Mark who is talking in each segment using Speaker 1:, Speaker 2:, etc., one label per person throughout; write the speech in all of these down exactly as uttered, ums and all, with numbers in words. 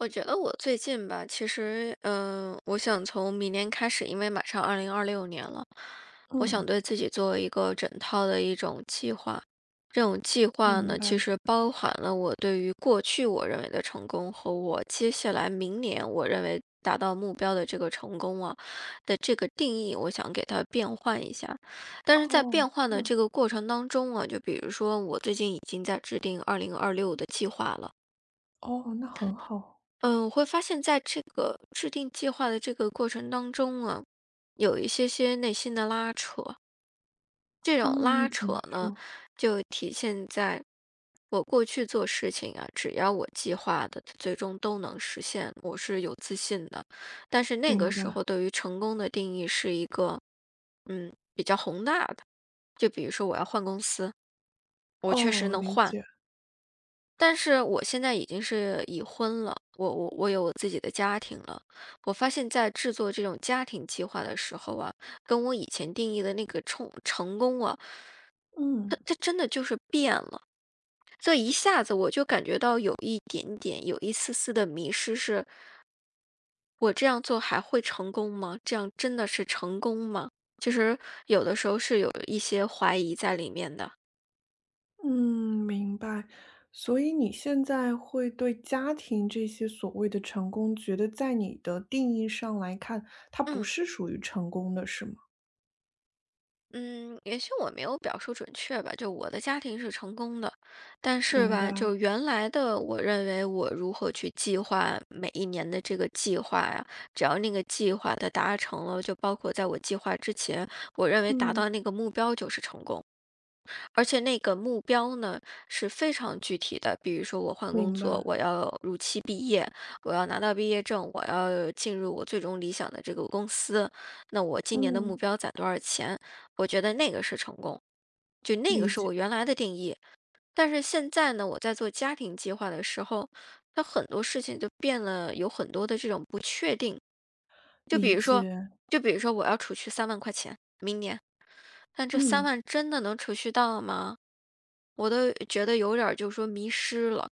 Speaker 1: 我觉得我最近吧，其实，嗯、我想从明年开始，因为马上二零二六年了，我想
Speaker 2: 嗯，
Speaker 1: 对自己做一个整套的一种计划。这种计划
Speaker 2: 明
Speaker 1: 呢，
Speaker 2: 白。
Speaker 1: 其实包含了我对于过去我认为的成功和我接下来明年我认为达到目标的这个成功啊的这个定义，我想给它变换一下。但是在
Speaker 2: 哦，
Speaker 1: 变换
Speaker 2: 这
Speaker 1: 的
Speaker 2: 样，
Speaker 1: 这个过程当中啊，就比如说我最近已经在制定二零二六的计划了。
Speaker 2: 哦，那很好。
Speaker 1: 嗯，我会发现在这个制定计划的这个过程当中啊，有一些些内心的拉扯。这种
Speaker 2: 嗯，
Speaker 1: 拉
Speaker 2: 怎么
Speaker 1: 扯呢，
Speaker 2: 说？
Speaker 1: 就体现在我过去做事情啊，只要我计划的，最终都能实现，我是有自信的。但是那个
Speaker 2: 明
Speaker 1: 时
Speaker 2: 白。
Speaker 1: 候，对于成功的定义是一个，嗯，比较宏大的。就比如说我要换公司，我确实
Speaker 2: 哦，
Speaker 1: 能
Speaker 2: 理
Speaker 1: 换，
Speaker 2: 解。
Speaker 1: 但是我现在已经是已婚了，我我我有我自己的家庭了。我发现在制作这种家庭计划的时候啊，跟我以前定义的那个冲成功啊，
Speaker 2: 嗯
Speaker 1: 它它真的就是变了。这一下子我就感觉到有一点点，有一丝丝的迷失是，我这样做还会成功吗？这样真的是成功吗？其实有的时候是有一些怀疑在里面的。
Speaker 2: 嗯，明白。所以你现在会对家庭这些所谓的成功，觉得在你的定义上来看，它不
Speaker 1: 嗯。
Speaker 2: 是属于成功的，是吗？
Speaker 1: 嗯，也许我没有表述准确吧，就我的家庭是成功的，但是
Speaker 2: 明
Speaker 1: 吧，
Speaker 2: 白。
Speaker 1: 就原来的我认为我如何去计划每一年的这个计划呀，只要那个计划它达成了，就包括在我计划之前，我认为达
Speaker 2: 嗯，
Speaker 1: 到那个目标就是成功。而且那个目标呢是非常具体的，比如说我换工
Speaker 2: 明
Speaker 1: 作，
Speaker 2: 白。
Speaker 1: 我要如期毕业，我要拿到毕业证，我要进入我最终理想的这个公司，那我今年的目
Speaker 2: 嗯，
Speaker 1: 标攒多少钱？我觉得那个是成功，就那个
Speaker 2: 理
Speaker 1: 是
Speaker 2: 解
Speaker 1: 我原来的定义。但是现在呢，我在做家庭计划的时候，它很多事情就变了，有很多的这种不确定。就
Speaker 2: 理
Speaker 1: 比如说，
Speaker 2: 解。
Speaker 1: 就比如说我要储蓄三万块钱，明年，但这三
Speaker 2: 嗯，
Speaker 1: 万真的能储蓄到吗？我都觉得有点儿就是说迷失了，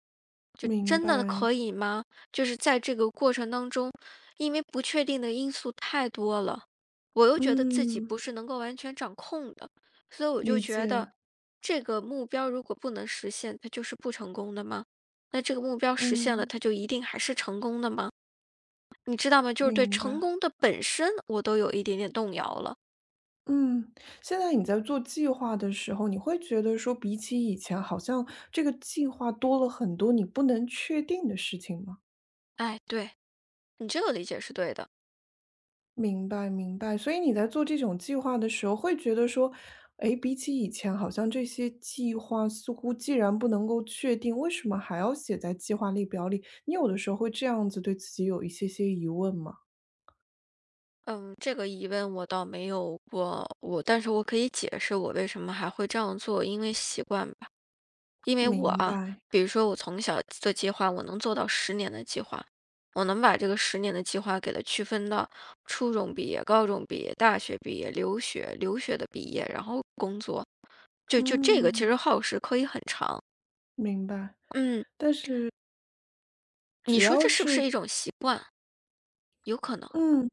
Speaker 1: 就
Speaker 2: 明
Speaker 1: 真的
Speaker 2: 白。
Speaker 1: 可以吗？就是在这个过程当中，因为不确定的因素太多了，我又觉得自己
Speaker 2: 嗯，
Speaker 1: 不是能够完全掌控的，所以我就
Speaker 2: 理
Speaker 1: 觉
Speaker 2: 解。
Speaker 1: 得这个目标如果不能实现，它就是不成功的吗？那这个目标实现了，
Speaker 2: 嗯，
Speaker 1: 它就一定还是成功的吗？你知道吗？就是对
Speaker 2: 明白。
Speaker 1: 成功的本身，我都有一点点动摇了。
Speaker 2: 嗯，现在你在做计划的时候，你会觉得说比起以前，好像这个计划多了很多你不能确定的事情吗？
Speaker 1: 哎，对，你这个理解是对的。
Speaker 2: 明白明白，所以你在做这种计划的时候，会觉得说，诶，比起以前，好像这些计划似乎既然不能够确定，为什么还要写在计划列表里？你有的时候会这样子对自己有一些些疑问吗？
Speaker 1: 嗯，这个疑问我倒没有过，我但是我可以解释我为什么还会这样做，因为习惯吧。因为我
Speaker 2: 明
Speaker 1: 啊，
Speaker 2: 白，
Speaker 1: 比如说我从小做计划，我能做到十年的计划，我能把这个十年的计划给它区分到初中毕业、高中毕业、大学毕业、留学、留学的毕业，然后工作，就就这个其
Speaker 2: 嗯，
Speaker 1: 实耗时可以很长。
Speaker 2: 明白，
Speaker 1: 嗯，你
Speaker 2: 只
Speaker 1: 说
Speaker 2: 要
Speaker 1: 这是不
Speaker 2: 是
Speaker 1: 是一种习惯？有可能。
Speaker 2: 嗯。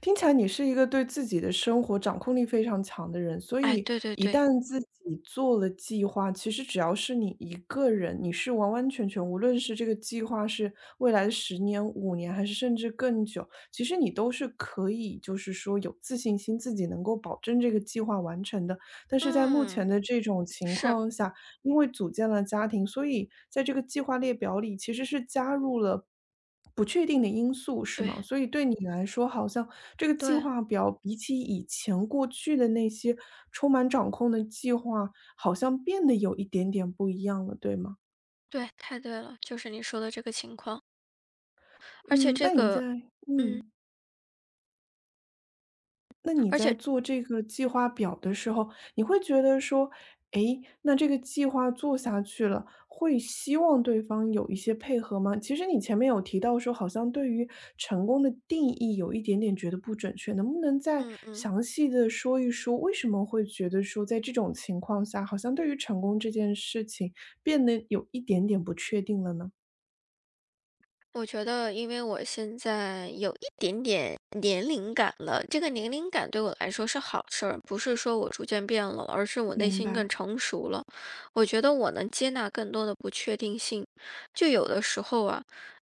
Speaker 2: 听起来你是一个对自己的生活掌控力非常强的人，所
Speaker 1: 哎，
Speaker 2: 以
Speaker 1: 对对
Speaker 2: 一
Speaker 1: 对，
Speaker 2: 旦自己做了计划，其实只要是你一个人，你是完完全全，无论是这个计划是未来的十年、五年，还是甚至更久，其实你都是可以，就是说有自信心，自己能够保证这个计划完成的。但是在目
Speaker 1: 嗯，
Speaker 2: 前的这种情
Speaker 1: 是，
Speaker 2: 况下，因为组建了家庭，所以在这个计划列表里其实是加入了不确定的因素，是吗？
Speaker 1: 对
Speaker 2: 所以对你来说，好像这个计
Speaker 1: 对。
Speaker 2: 划表比起以前过去的那些充满掌控的计划，好像变得有一点点不一样了，对吗？
Speaker 1: 对，太对了，就是你说的这个情况，而且
Speaker 2: 嗯，
Speaker 1: 这
Speaker 2: 那你在
Speaker 1: 个嗯，
Speaker 2: 嗯。那你
Speaker 1: 而
Speaker 2: 在
Speaker 1: 且
Speaker 2: 做这个计划表的时候，你会觉得说，诶，那这个计划做下去了，会希望对方有一些配合吗？其实你前面有提到说，好像对于成功的定义有一点点觉得不准确，能不能再
Speaker 1: 嗯嗯。
Speaker 2: 详细的说一说，为什么会觉得说，在这种情况下，好像对于成功这件事情变得有一点点不确定了呢？
Speaker 1: 我觉得，因为我现在有一点点年龄感了，这个年龄感对我来说是好事儿，不是说我逐渐变了，而是我内
Speaker 2: 明
Speaker 1: 心
Speaker 2: 白，
Speaker 1: 更成熟了。我觉得我能接纳更多的不确定性。就有的时候啊，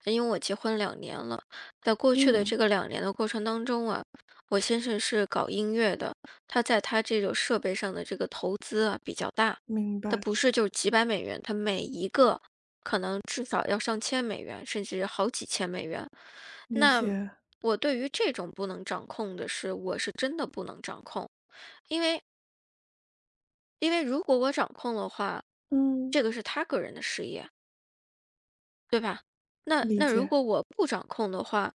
Speaker 1: 因为我结婚两年了，在过去的这
Speaker 2: 嗯。
Speaker 1: 个两年的过程当中啊，我先生是搞音乐的，他在他这种设备上的这个投资啊比较大，
Speaker 2: 明
Speaker 1: 他
Speaker 2: 白，
Speaker 1: 不是就是几百美元，他每一个。可能至少要上千美元，甚至好几千美元。
Speaker 2: 理
Speaker 1: 那
Speaker 2: 解，
Speaker 1: 我对于这种不能掌控的事，我是真的不能掌控，因为因为如果我掌控的话，
Speaker 2: 嗯，
Speaker 1: 这个是他个人的事业，对吧？那
Speaker 2: 理
Speaker 1: 那如
Speaker 2: 解，
Speaker 1: 果我不掌控的话，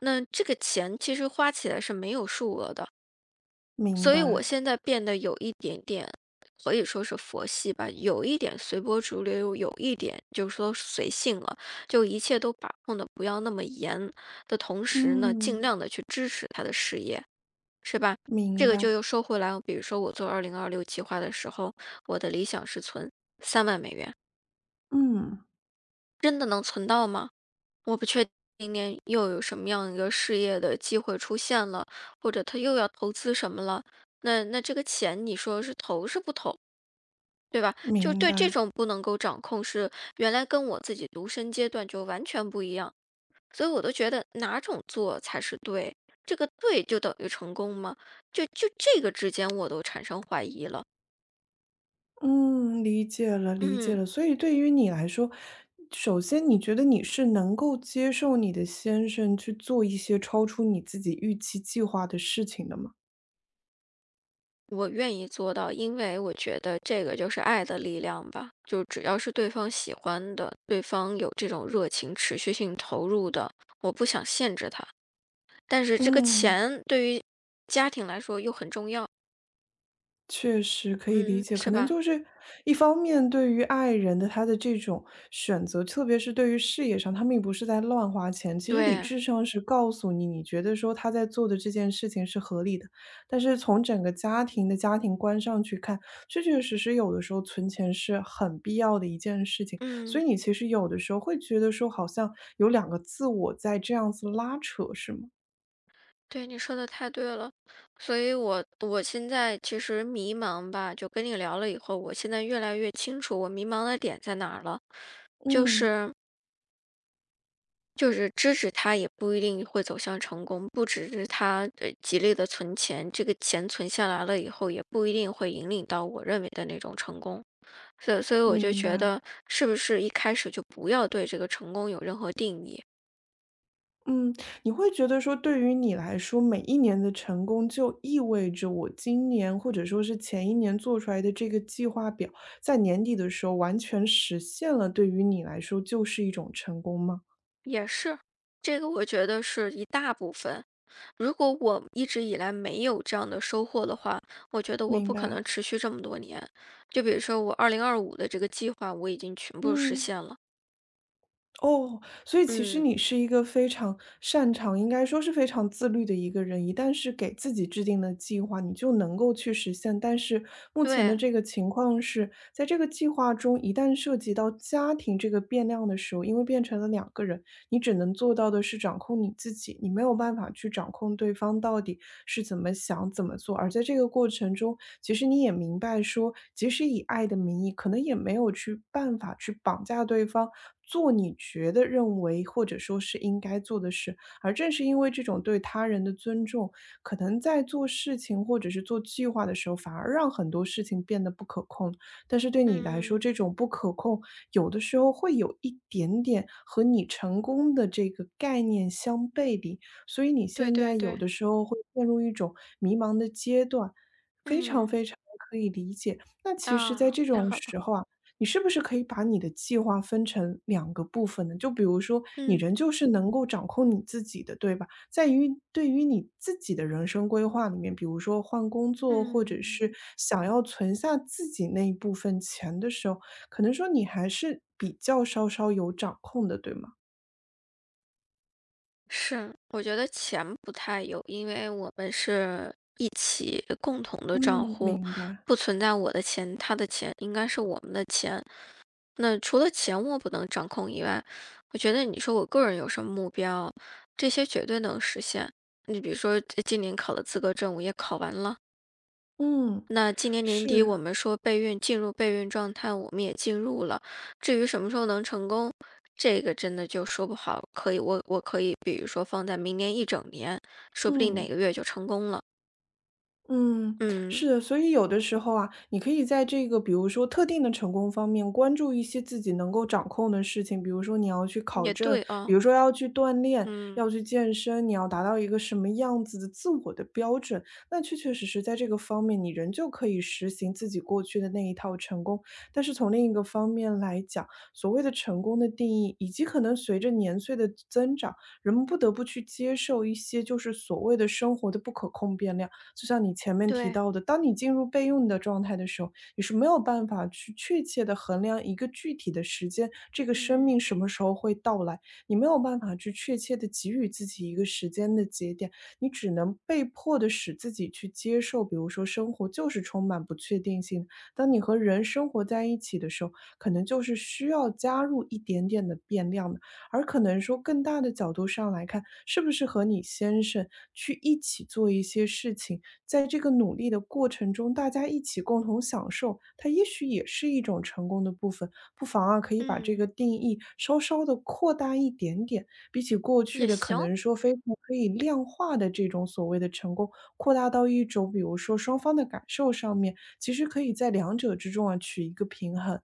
Speaker 1: 那这个钱其实花起来是没有数额的。
Speaker 2: 明
Speaker 1: 所以我
Speaker 2: 白。
Speaker 1: 现在变得有一点点，可以说是佛系吧，有一点随波逐流，有一点就是说随性了，就一切都把控的不要那么严的同时呢，尽
Speaker 2: 嗯，
Speaker 1: 量的去支持他的事业，是吧？这
Speaker 2: 明
Speaker 1: 个就
Speaker 2: 白，
Speaker 1: 又说回来，比如说我做二零二六计划的时候，我的理想是存三万美元，
Speaker 2: 嗯，
Speaker 1: 真的能存到吗？我不确定明年又有什么样一个事业的机会出现了，或者他又要投资什么了。那那这个钱你说是投是不投，对吧？就
Speaker 2: 明
Speaker 1: 对这
Speaker 2: 白，
Speaker 1: 种不能够掌控是原来跟我自己独身阶段就完全不一样，所以我都觉得哪种做才是对，这个对就等于成功吗？就就这个之间我都产生怀疑了。
Speaker 2: 嗯，理解了，理解
Speaker 1: 嗯。
Speaker 2: 了。所以对于你来说，首先你觉得你是能够接受你的先生去做一些超出你自己预期计划的事情的吗？
Speaker 1: 我愿意做到，因为我觉得这个就是爱的力量吧。就只要是对方喜欢的，对方有这种热情、持续性投入的，我不想限制他。但是这个
Speaker 2: 嗯。
Speaker 1: 钱对于家庭来说又很重要，
Speaker 2: 确实可以理
Speaker 1: 嗯，
Speaker 2: 解，可
Speaker 1: 是
Speaker 2: 能
Speaker 1: 吧？
Speaker 2: 就是一方面对于爱人的他的这种选择，特别是对于事业上，他并不是在乱花钱。其实理
Speaker 1: 对，
Speaker 2: 智上是告诉你，你觉得说他在做的这件事情是合理的，但是从整个家庭的家庭观上去看，确确实实有的时候存钱是很必要的一件事情。所
Speaker 1: 嗯，
Speaker 2: 以你其实有的时候会觉得说，好像有两个自我在这样子拉扯，是吗？
Speaker 1: 对，你说的太对了。所以我我现在其实迷茫吧，就跟你聊了以后，我现在越来越清楚我迷茫的点在哪儿了，就
Speaker 2: 嗯，
Speaker 1: 是就是支持他也不一定会走向成功，不只是他呃极力的存钱，这个钱存下来了以后，也不一定会引领到我认为的那种成功。所以所以我就
Speaker 2: 明
Speaker 1: 觉
Speaker 2: 白。
Speaker 1: 得，是不是一开始就不要对这个成功有任何定义？
Speaker 2: 嗯，你会觉得说，对于你来说，每一年的成功就意味着我今年或者说是前一年做出来的这个计划表，在年底的时候完全实现了，对于你来说就是一种成功吗？
Speaker 1: 也是，这个我觉得是一大部分。如果我一直以来没有这样的收获的话，我觉得我
Speaker 2: 明
Speaker 1: 不可
Speaker 2: 白。
Speaker 1: 能持续这么多年。就比如说我二零二五的这个计划，我已经全部实
Speaker 2: 嗯，
Speaker 1: 现了。
Speaker 2: 哦，所以其实
Speaker 1: 嗯，
Speaker 2: 你是一个非常擅长，应该说是非常自律的一个人。一旦是给自己制定了计划，你就能够去实现。但是目前的
Speaker 1: 对，
Speaker 2: 这个情况是，在这个计划中，一旦涉及到家庭这个变量的时候，因为变成了两个人，你只能做到的是掌控你自己，你没有办法去掌控对方到底是怎么想、怎么做。而在这个过程中，其实你也明白说，即使以爱的名义，可能也没有去办法去绑架对方。做你觉得认为或者说是应该做的事，而正是因为这种对他人的尊重，可能在做事情或者是做计划的时候，反而让很多事情变得不可控。但是对你来说，
Speaker 1: 嗯。
Speaker 2: 这种不可控，有的时候会有一点点和你成功的这个概念相背离，所以你
Speaker 1: 对
Speaker 2: 现
Speaker 1: 对
Speaker 2: 在有
Speaker 1: 对，
Speaker 2: 的时候会陷入一种迷茫的阶段，非常
Speaker 1: 嗯，
Speaker 2: 非常可以理解。那其实，在
Speaker 1: 啊，
Speaker 2: 这
Speaker 1: 太
Speaker 2: 种
Speaker 1: 好了，
Speaker 2: 时候啊，你是不是可以把你的计划分成两个部分呢？就比如说，你
Speaker 1: 嗯
Speaker 2: 仍旧是能够掌控你自己的，对吧？在于对于你自己的人生规划里面，比如说换工作，或者
Speaker 1: 嗯，
Speaker 2: 是想要存下自己那一部分钱的时候，可能说你还是比较稍稍有掌控的，对吗？
Speaker 1: 是，我觉得钱不太有，因为我们是一起共同的账
Speaker 2: 嗯，
Speaker 1: 户，
Speaker 2: 明白。
Speaker 1: 不存在我的钱，他的钱，应该是我们的钱。那除了钱我不能掌控以外，我觉得你说我个人有什么目标，这些绝对能实现。你比如说，呃今年考的资格证我也考完了，
Speaker 2: 嗯，
Speaker 1: 那今年年底
Speaker 2: 是，
Speaker 1: 我们说备孕进入备孕状态，我们也进入了。至于什么时候能成功，这个真的就说不好。可以，我我可以，比如说放在明年一整年，说不定哪
Speaker 2: 嗯。
Speaker 1: 个月就成功了。
Speaker 2: 嗯，
Speaker 1: 嗯，
Speaker 2: 是的，所以有的时候啊，你可以在这个比如说特定的成功方面，关注一些自己能够掌控的事情，比如说你要去考
Speaker 1: 也
Speaker 2: 证，
Speaker 1: 对
Speaker 2: 比
Speaker 1: 啊，
Speaker 2: 如说要去锻炼，
Speaker 1: 嗯，
Speaker 2: 要去健身，你要达到一个什么样子的自我的标准，那确确实实在这个方面，你仍旧可以实行自己过去的那一套成功。但是从另一个方面来讲，所谓的成功的定义，以及可能随着年岁的增长，人们不得不去接受一些就是所谓的生活的不可控变量。就像你前面提
Speaker 1: 对，
Speaker 2: 到的，当你进入备用的状态的时候，你是没有办法去确切的衡量一个具体的时间，这个生
Speaker 1: 嗯
Speaker 2: 命什么时候会到来，你没有办法去确切的给予自己一个时间的节点，你只能被迫的使自己去接受，比如说生活就是充满不确定性的。当你和人生活在一起的时候，可能就是需要加入一点点的变量的，而可能说更大的角度上来看，是不是和你先生去一起做一些事情。在这个努力的过程中，大家一起共同享受，它也许也是一种成功的部分。不妨啊，可以把这
Speaker 1: 嗯，
Speaker 2: 个定义稍稍的扩大一点点，比起过去
Speaker 1: 也
Speaker 2: 的可
Speaker 1: 行，
Speaker 2: 能说非常可以量化的这种所谓的成功，扩大到一种比如说双方的感受上面，其实可以在两者之中啊取一个平衡。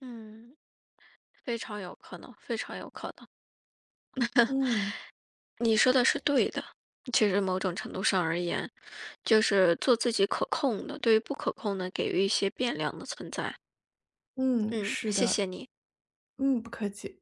Speaker 1: 嗯，非常有可能，非常有可能。
Speaker 2: 嗯
Speaker 1: 你说的是对的。其实某种程度上而言，就是做自己可控的，对于不可控的给予一些变量的存在。
Speaker 2: 嗯，
Speaker 1: 嗯，
Speaker 2: 是
Speaker 1: 谢谢
Speaker 2: 的，
Speaker 1: 你。
Speaker 2: 嗯，不客气。